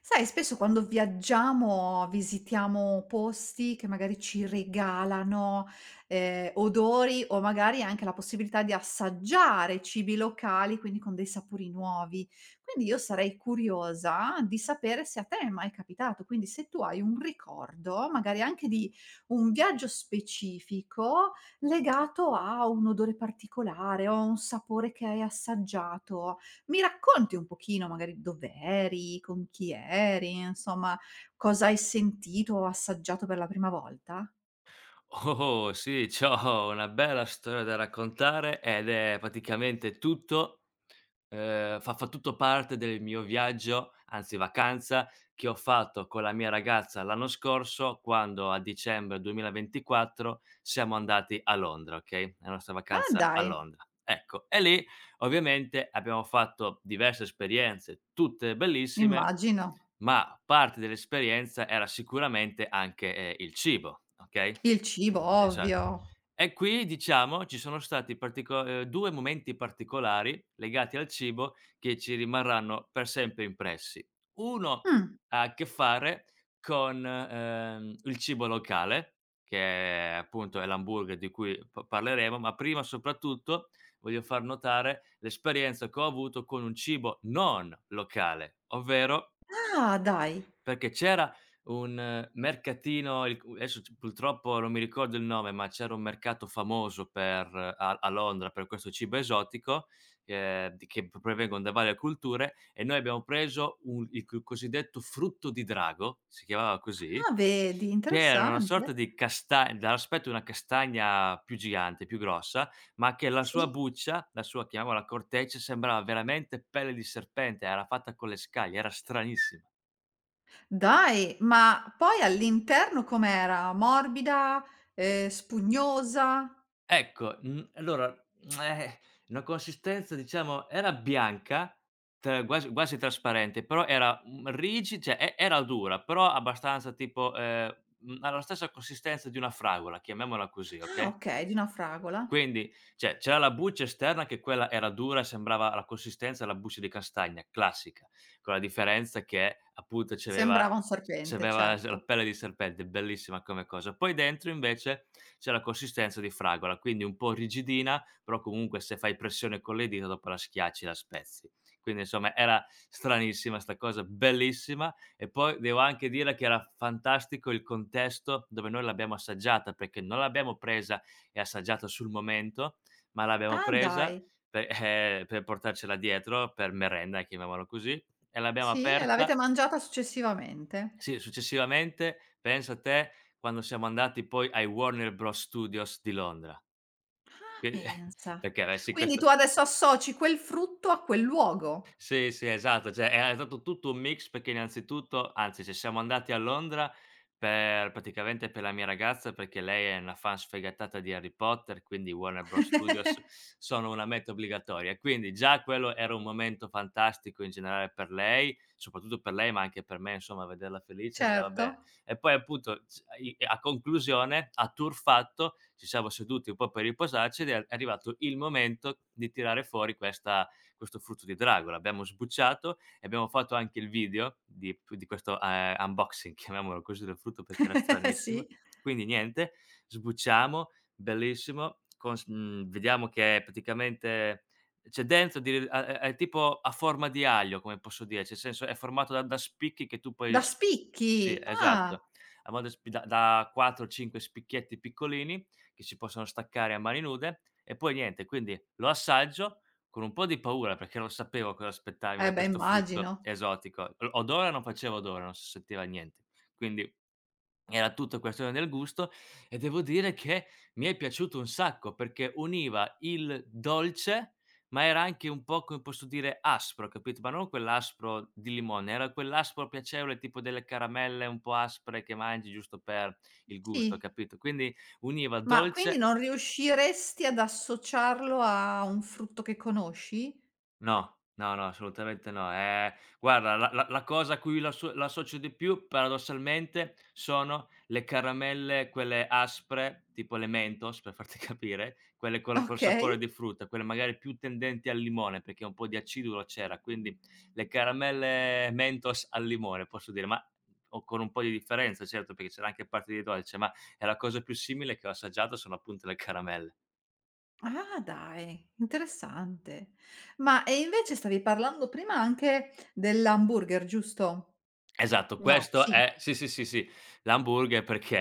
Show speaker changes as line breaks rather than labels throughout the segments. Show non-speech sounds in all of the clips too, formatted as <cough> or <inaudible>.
Sai, spesso quando viaggiamo visitiamo posti che magari ci regalano, odori o magari anche la possibilità di assaggiare cibi locali, quindi con dei sapori nuovi. Quindi io sarei curiosa di sapere se a te è mai capitato, quindi se tu hai un ricordo, magari anche di un viaggio specifico legato a un odore particolare o a un sapore che hai assaggiato. Mi racconti un pochino magari dov'eri, con chi eri, insomma, cosa hai sentito o assaggiato per la prima volta?
Oh, sì, c'ho una bella storia da raccontare ed è praticamente tutto fa tutto parte del mio viaggio, anzi vacanza, che ho fatto con la mia ragazza l'anno scorso quando a dicembre 2024 siamo andati a Londra, okay, la nostra
Ah
vacanza a
dai,
Londra. Ecco, e lì ovviamente abbiamo fatto diverse esperienze, tutte bellissime,
immagino.
ma parte dell'esperienza era sicuramente anche, il cibo, okay?
Il cibo
Esa
ovvio.
e qui diciamo ci sono stati partico 2 momenti particolari legati al cibo che ci rimarranno per sempre impressi. Uno
Mh,
ha a che fare con, il cibo locale, che appunto è l'hamburger di cui pa parleremo, ma prima soprattutto voglio far notare l'esperienza che ho avuto con un cibo non locale, ovvero
ah dai,
perché c'era un mercatino, il cu adesso c purtroppo non mi ricordo il nome, ma c'era un mercato famoso per a Londra per questo cibo esotico, di che p provengono da varie culture e noi abbiamo preso un il c cosiddetto frutto di drago, si chiamava così,
ah vedi,
che era una sorta
interessante.
di casta dall'aspetto di una castagna più gigante, più grossa, ma che la sua
Sì.
buccia, la sua chiamiamola corteccia, sembrava veramente pelle di serpente, era fatta con le scaglie, era stranissima.
Dai, ma poi all'interno com'era? Morbida, spugnosa?
Ecco, allora, <tsk> eh, una consistenza diciamo era bianca, tra quasi quasi trasparente, però era, rigid cioè era dura, però abbastanza tipo, ha la stessa consistenza di una fragola, chiamiamola così,
Ah
okay?
okay, di una fragola.
Quindi, cioè, c'era la buccia esterna che quella era dura e sembrava la consistenza della buccia di castagna, classica, con la differenza che appunto c'aveva
Sembrava un serpente,
c'aveva s la
certo.
pelle di serpente, bellissima come cosa. Poi dentro invece c'è la consistenza di fragola, quindi un po' rigidina, però comunque se fai pressione con le dita dopo la schiacci, la spezzi. Quindi insomma era stranissima 'sta cosa, bellissima e poi devo anche dire che era fantastico il contesto dove noi l'abbiamo assaggiata, perché non l'abbiamo presa e assaggiato sul momento, ma l'abbiamo
Ah
presa
dai.
pe per portarcela dietro, per merenda, chiamiamola così, e l'abbiamo
Sì, e l'avete
aperta.
mangiata successivamente?
Sì, successivamente, pensa te, quando siamo andati poi ai Warner Bros Studios di Londra,
Ma
che <laughs>
pensa.
perché avessi
Quindi tu
questa.
adesso associ quel frutto a quel luogo.
Sì, sì, esatto, cioè era stato tutto un mix perché innanzitutto anzi ci siamo andati a Londra per praticamente per la mia ragazza, perché lei è una fan sfegatata di Harry Potter, quindi Warner Bros. Studios sono una meta obbligatoria. Quindi già quello era un momento fantastico in generale per lei, soprattutto per lei, ma anche per me insomma vederla felice andava bene.
Certo.
E poi appunto c i a conclusione, a tour fatto, ci siamo seduti un po' per riposarci ed è arrivato il momento di tirare fuori questa questo frutto di drago, l'abbiamo sbucciato e abbiamo fatto anche il video di questo, unboxing, <laughs> chiamiamolo così, del frutto perché era
<laughs>
stranissimo.
Sì.
Quindi niente, sbucciamo, bellissimo, vediamo che è praticamente c'è dentro di a è tipo a forma di aglio, come posso dire, cioè nel senso è formato da spicchi che tu puoi
Da
sp sì,
spicchi? Ah.
esatto, a modo sp da 4, 5 spicchietti piccolini che si possono staccare a mani nude e poi niente, quindi lo assaggio, con un po' di paura, perché non sapevo cosa aspettarmi
Eh
da
beh,
questo frutto
immagino.
esotico. L odore non faceva odore, non si sentiva niente. Quindi era tutto questione del gusto e devo dire che mi è piaciuto un sacco, perché univa il dolce, ma era anche un po', come posso dire, aspro, capito? Ma non quell'aspro di limone, era quell'aspro piacevole tipo delle caramelle un po' aspre che mangi giusto per il gusto,
Sì.
capito? Quindi univa
Ma quindi
dolce.
non riusciresti ad associarlo a un frutto che conosci?
No, no, no, assolutamente no. Guarda la cosa a cui l'associo di più paradossalmente sono le caramelle quelle aspre, tipo le Mentos per farti <laughs> capire, quelle col sapore
Okay.
di frutta, quelle magari più tendenti al limone, perché un po' di acidulo c'era, quindi le caramelle Mentos al limone, posso dire, ma o con un po' di differenza certo, perché c'era anche parte di dolce, ma è la cosa più simile che ho assaggiato sono appunto le caramelle.
Ah dai, interessante. Ma e invece stavi parlando prima anche dell'hamburger, giusto?
Esatto,
No,
questo
sì.
è, sì, sì, sì, sì, l'hamburger perché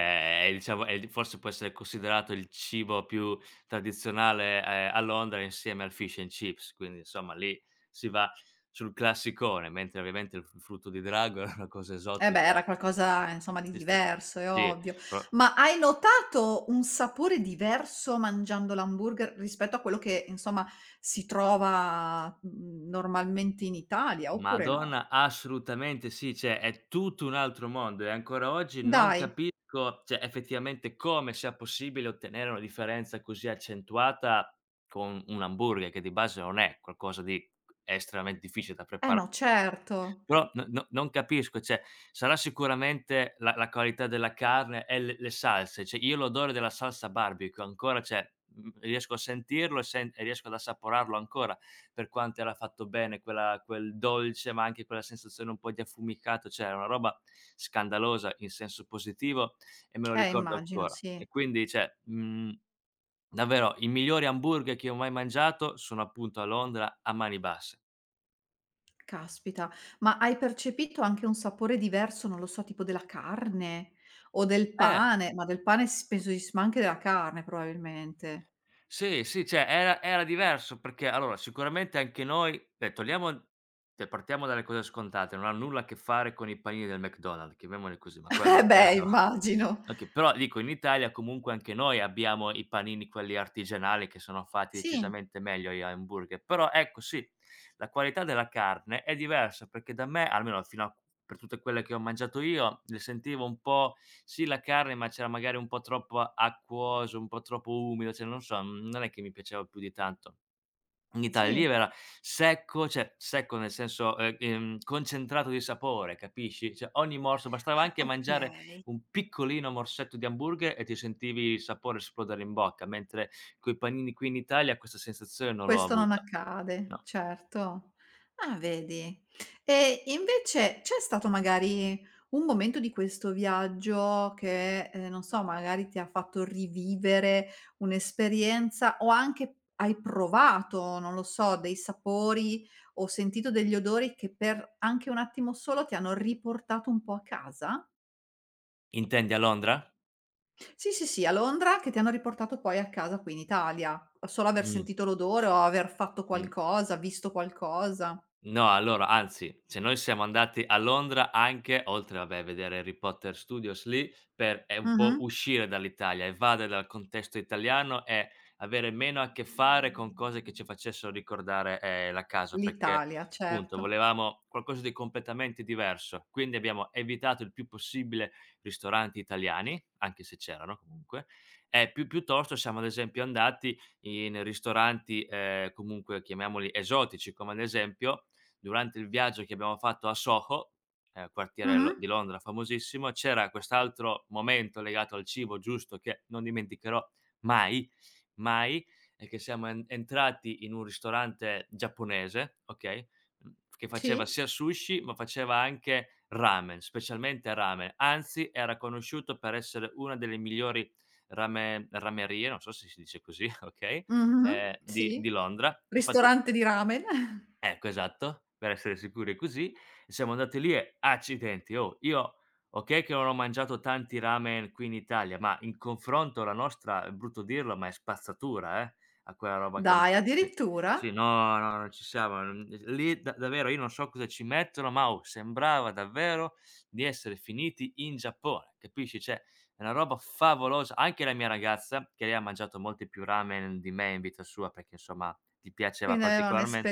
è, diciamo, è il, forse, può essere considerato il cibo più tradizionale, a Londra insieme al fish and chips, quindi insomma lì si va sul classicone, mentre ovviamente il f frutto di drago è una cosa
Eh beh,
esotica
era
che
qualcosa insomma di
esiste
diverso, è
sì,
ovvio.
pro
Ma hai notato un sapore diverso mangiando l'hamburger rispetto a quello che insomma si trova, mhmm, normalmente in Italia oppure no?
Madonna, assolutamente sì, cioè è tutto un altro mondo e ancora oggi non
Dai.
capisco, cioè effettivamente come sia possibile ottenere una differenza così accentuata con un hamburger che di base non è qualcosa di estremamente difficile da
Eh
prepara.
no, certo.
Però no, no, non capisco, cioè sarà sicuramente la qualità della carne e le salse, cioè io l'odore della salsa barbecue ancora, cioè, riesco a sentirlo e riesco ad assaporarlo ancora, per quanto era fatto bene quel dolce, ma anche quella sensazione un po' di affumicato, cioè era una roba scandalosa in senso positivo e me lo ricordo
Immagino,
ancora.
sì.
E quindi cioè, davvero i migliori hamburger che ho mai mangiato sono appunto a Londra a mani basse.
Caspita. Ma hai percepito anche un sapore diverso, non lo so, tipo della carne o del
Eh!
pane? Ma del pane s penso si s ma anche della carne probabilmente.
Sì, sì, cioè era diverso perché allora sicuramente anche noi beh togliamo cioè partiamo dalle cose scontate, non ha nulla a che fare con i panini del McDonald's, chiamiamoli così, ma
<laughs> Eh
quello è
beh,
<laughs> no.
immagino.
Okay, però dico in Italia comunque anche noi abbiamo i panini quelli artigianali che sono fatti
Sì,
decisamente meglio agli hamburger, però ecco sì la qualità della carne è diversa perché da me, almeno fino a per tutte quelle che ho mangiato io, le sentivo un po' sì la carne, ma c'era magari un po' troppo acquoso, un po' troppo umido, cioè non so, non è che mi piaceva più di tanto. In Italia lì
sì.
era secco, cioè secco nel senso, concentrato di sapore, capisci? Cioè ogni morso bastava anche
Ah,
mangiare
okay.
un piccolino morsetto di hamburger e ti sentivi il sapore esplodere in bocca, mentre coi panini qui in Italia questa sensazione non l'ho
Questo non
avuta.
accade,
No.
certo. Ah, vedi. E invece c'è stato magari un momento di questo viaggio che, non so, magari ti ha fatto rivivere un'esperienza o anche hai provato, non lo so, dei sapori o sentito degli odori che per anche un attimo solo ti hanno riportato un po' a casa?
Intendi a Londra?
Sì, sì, sì, a Londra che ti hanno riportato poi a casa qui in Italia. Solo aver
Mh.
sentito l'odore o aver fatto
Mh.
qualcosa, visto qualcosa.
No, allora, anzi, se noi siamo andati a Londra anche, oltre vabbè a vedere Harry Potter Studios lì, per, un
Mh-mh.
po' uscire dall'Italia, evadere dal contesto italiano e avere meno a che fare con cose che ci facessero ricordare, la casa, perché
L'Italia,
appunto
certo.
volevamo qualcosa di completamente diverso. Quindi abbiamo evitato il più possibile ristoranti italiani, anche se c'erano comunque, e più piuttosto siamo ad esempio andati in ristoranti, comunque chiamiamoli esotici, come ad esempio durante il viaggio che abbiamo fatto a Soho, quartiere
Mh-mh.
lo di Londra famosissimo, c'era quest'altro momento legato al cibo giusto che non dimenticherò mai, mai, è che siamo en entrati in un ristorante giapponese, okay, che faceva
Sì.
sia sushi, ma faceva anche ramen, specialmente ramen, anzi era conosciuto per essere una delle migliori ramerie, non so se si dice così, <laughs> okay,
Mh-mh.
di
Sì.
Londra. Infatti.
Ristorante di ramen. <laughs>
Ecco, esatto, per essere sicuri così. Siamo andati lì e accidenti, oh, io okay che non ho mangiato tanti ramen qui in Italia, ma in confronto la nostra, è brutto dirlo, ma è spazzatura, a quella roba che m.
Dai,
Sì, sì,
addirittura?
no, no, non ci siamo. Mhmm, lì da davvero io non so cosa ci mettono, ma oh, sembrava davvero di essere finiti in Giappone, capisci, cioè è una roba favolosa. Anche la mia ragazza, che lei ha mangiato molti più ramen di me in vita sua, perché insomma gli piaceva
Quindi aveva
particolarmen.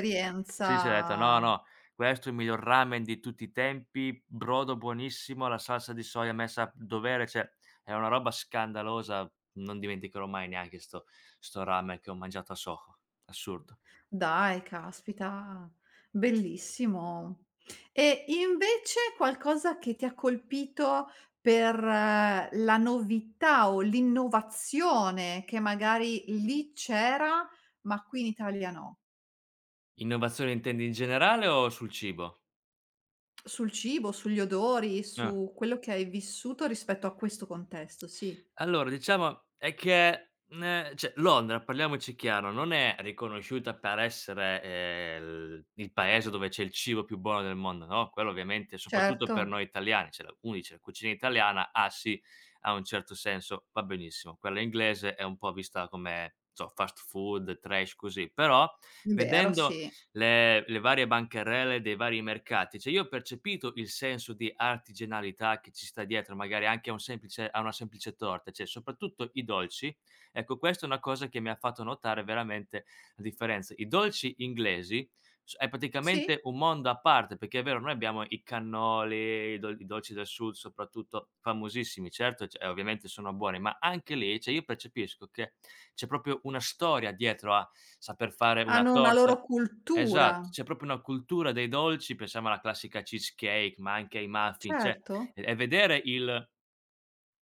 Sì, sì, ho detto: "No, no, questo è il miglior ramen di tutti i tempi, brodo buonissimo, la salsa di soia messa a dovere", cioè è una roba scandalosa, non dimenticherò mai neanche 'sto ramen che ho mangiato a Soho. Assurdo.
Dai, caspita, bellissimo. E invece qualcosa che ti ha colpito per la novità o l'innovazione che magari lì c'era, ma qui in Italia no?
Innovazione intendi in generale o sul cibo?
Sul cibo, sugli odori,
Eh.
su quello che hai vissuto rispetto a questo contesto, sì.
Allora diciamo è che, cioè Londra, parliamoci chiaro, non è riconosciuta per essere, il paese dove c'è il cibo più buono del mondo, no, quello ovviamente soprattutto
Certo,
per noi italiani, cioè la quindi c'è la cucina italiana, ah sì, ha un certo senso, va benissimo. Quella inglese è un po' vista come, non so, fast food, trash, così. Però,
vero,
vedendo
sì.
le varie bancarelle dei vari mercati. Cioè io ho percepito il senso di artigianalità che ci sta dietro, magari anche a una semplice torta, cioè soprattutto i dolci. Ecco, questa è una cosa che mi ha fatto notare veramente la differenza. I dolci inglesi s è praticamente
Sì,
un mondo a parte, perché è vero, noi abbiamo i cannoli, i dol i dolci del sud soprattutto, famosissimi, certo, cioè ovviamente sono buoni, ma anche lì, cioè io percepisco che c'è proprio una storia dietro a saper fare una
hanno una loro
torta. Esatto,
cultura,
c'è proprio una cultura dei dolci, pensiamo alla classica cheesecake, ma anche ai muffin, cioè
certo.
e vedere il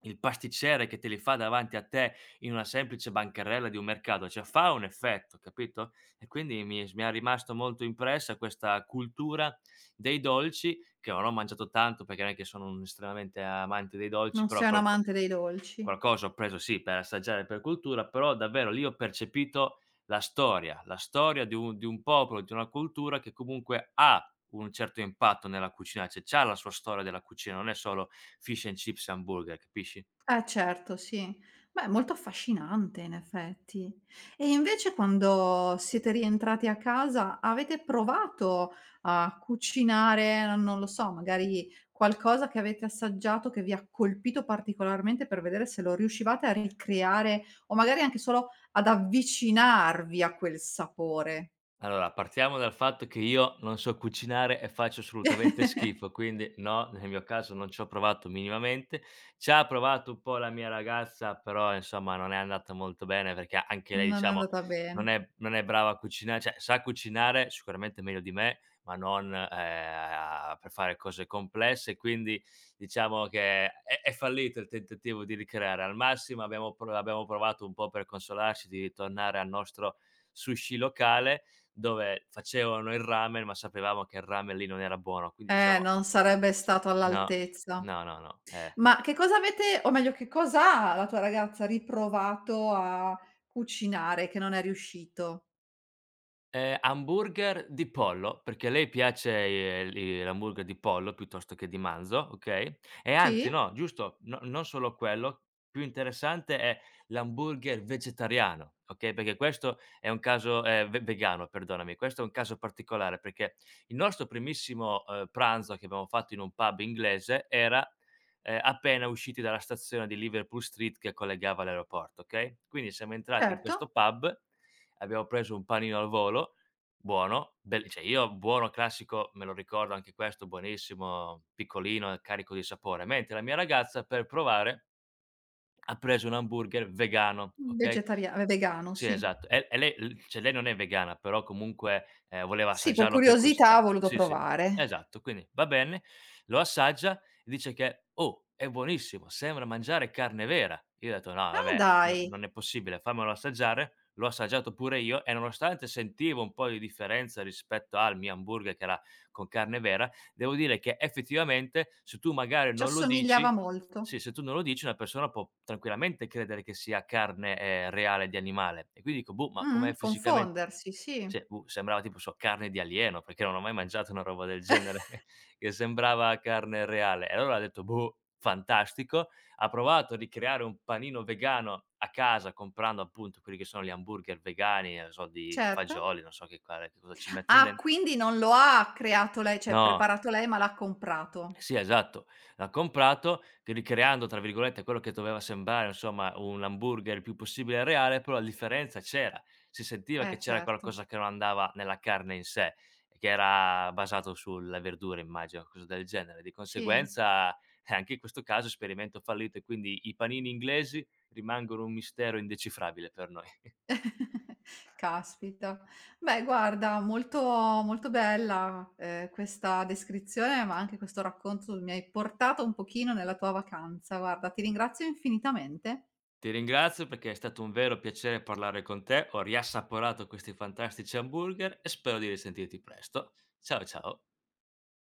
il pasticcere che te li fa davanti a te in una semplice bancarella di un mercato, cioè fa un effetto, capito? E quindi mi è s mi è rimasto molto impressa questa cultura dei dolci, che non ho mangiato tanto perché non è che sono un estremamente amante dei dolci,
Non
però
sei un amante dei dolci.
qualcosa ho preso, sì, per assaggiare, per cultura, però davvero lì ho percepito la storia di un popolo, di una cultura che comunque ha un certo impatto nella cucina, cioè c'ha la sua storia della cucina, non è solo fish and chips e hamburger, capisci?
Eh certo, sì. Beh, molto affascinante in effetti. E invece quando siete rientrati a casa avete provato a cucinare, non lo so, magari qualcosa che avete assaggiato che vi ha colpito particolarmente per vedere se lo riuscivate a ricreare o magari anche solo ad avvicinarvi a quel sapore?
Allora, partiamo dal fatto che io non so cucinare e faccio assolutamente
<laughs>
schifo, quindi no, nel mio caso non ci ho provato minimamente. Ci ha provato un po' la mia ragazza, però insomma non è andata molto bene perché anche lei,
Non è
diciamo,
andata
non
bene.
è non è brava a cucinare, cioè sa cucinare sicuramente meglio di me, ma non, a per fare cose complesse, quindi diciamo che è fallito il tentativo di ricreare. Al massimo abbiamo pro abbiamo provato un po' per consolarci di tornare al nostro sushi locale dove facevano il ramen, ma sapevamo che il ramen lì non era buono, quindi diciamo
Non sarebbe stato
no,
all'altezza.
no, no, no, quindi
Ma che cosa avete o meglio che cosa ha la tua ragazza riprovato a cucinare che non è riuscito?
Hamburger di pollo, perché a lei piace, il l'hamburger di pollo piuttosto che di manzo, okay, e anzi
Sì?
no, giusto, no, non solo quello, più interessante è l'hamburger vegetariano, okay, perché questo è un caso ve vegano, perdonami, questo è un caso particolare perché il nostro primissimo, pranzo che abbiamo fatto in un pub inglese era, appena usciti dalla stazione di Liverpool Street che collegava l'aeroporto, okay, quindi siamo entrati in
Certo.
questo pub, abbiamo preso un panino al volo, buono, bel cioè io buono classico, me lo ricordo anche questo, buonissimo, piccolino e carico di sapore, mentre la mia ragazza per provare ha preso un hamburger vegano, okay?
Vegetaria vegano,
Sì,
sì.
esatto. E lei l cioè lei non è vegana, però comunque, voleva
Sì, per
assaggiarlo per
curiosità ha
curiosità.
voluto
Sì, sì,
provare.
esatto. Quindi va bene, lo assaggia e dice che: "Oh, è buonissimo, sembra mangiare carne vera." Io ho detto: "No,
Ah
vabbè, no,
dai,
non è possibile, fammelo assaggiare." L'ho assaggiato pure io e nonostante sentivo un po' di differenza rispetto al mio hamburger che era con carne vera, devo dire che effettivamente se tu magari
ci
non lo dici,
assomigliava molto.
sì, se tu non lo dici, una persona può tranquillamente credere che sia carne, reale di animale. E quindi dico: "Boh, ma com'è fisicamente?"
Confondersi,
Cioè,
sì,
boh, sembrava tipo so carne di alieno, perché non ho mai mangiato una roba del genere <laughs> che sembrava carne reale. E allora ho detto: "Boh, fantastico." Ha provato a ricreare un panino vegano a casa comprando appunto quelli che sono gli hamburger vegani, non so, di
certo.
fagioli, non so che quale che cosa ci metton
Ah,
den
quindi non lo ha creato lei, cioè
no.
preparato lei, ma l'ha comprato.
Sì, esatto. L'ha comprato, ricreando tra virgolette quello che doveva sembrare, insomma, un hamburger il più possibile reale, però la differenza c'era. Si sentiva che
Eh
c'era
certo,
qualcosa che non andava nella carne in sé, che era basato sulle verdure, immagino, cosa del genere. Di
sì.
conseguenza, anche in questo caso esperimento fallito e quindi i panini inglesi rimangono un mistero indecifrabile per noi.
<laughs> Caspita. Beh guarda, molto molto bella, questa descrizione, ma anche questo racconto mi hai portato un pochino nella tua vacanza. Guarda, ti ringrazio infinitamente.
Ti ringrazio perché è stato un vero piacere parlare con te, ho riassaporato questi fantastici hamburger e spero di risentirti presto. Ciao ciao.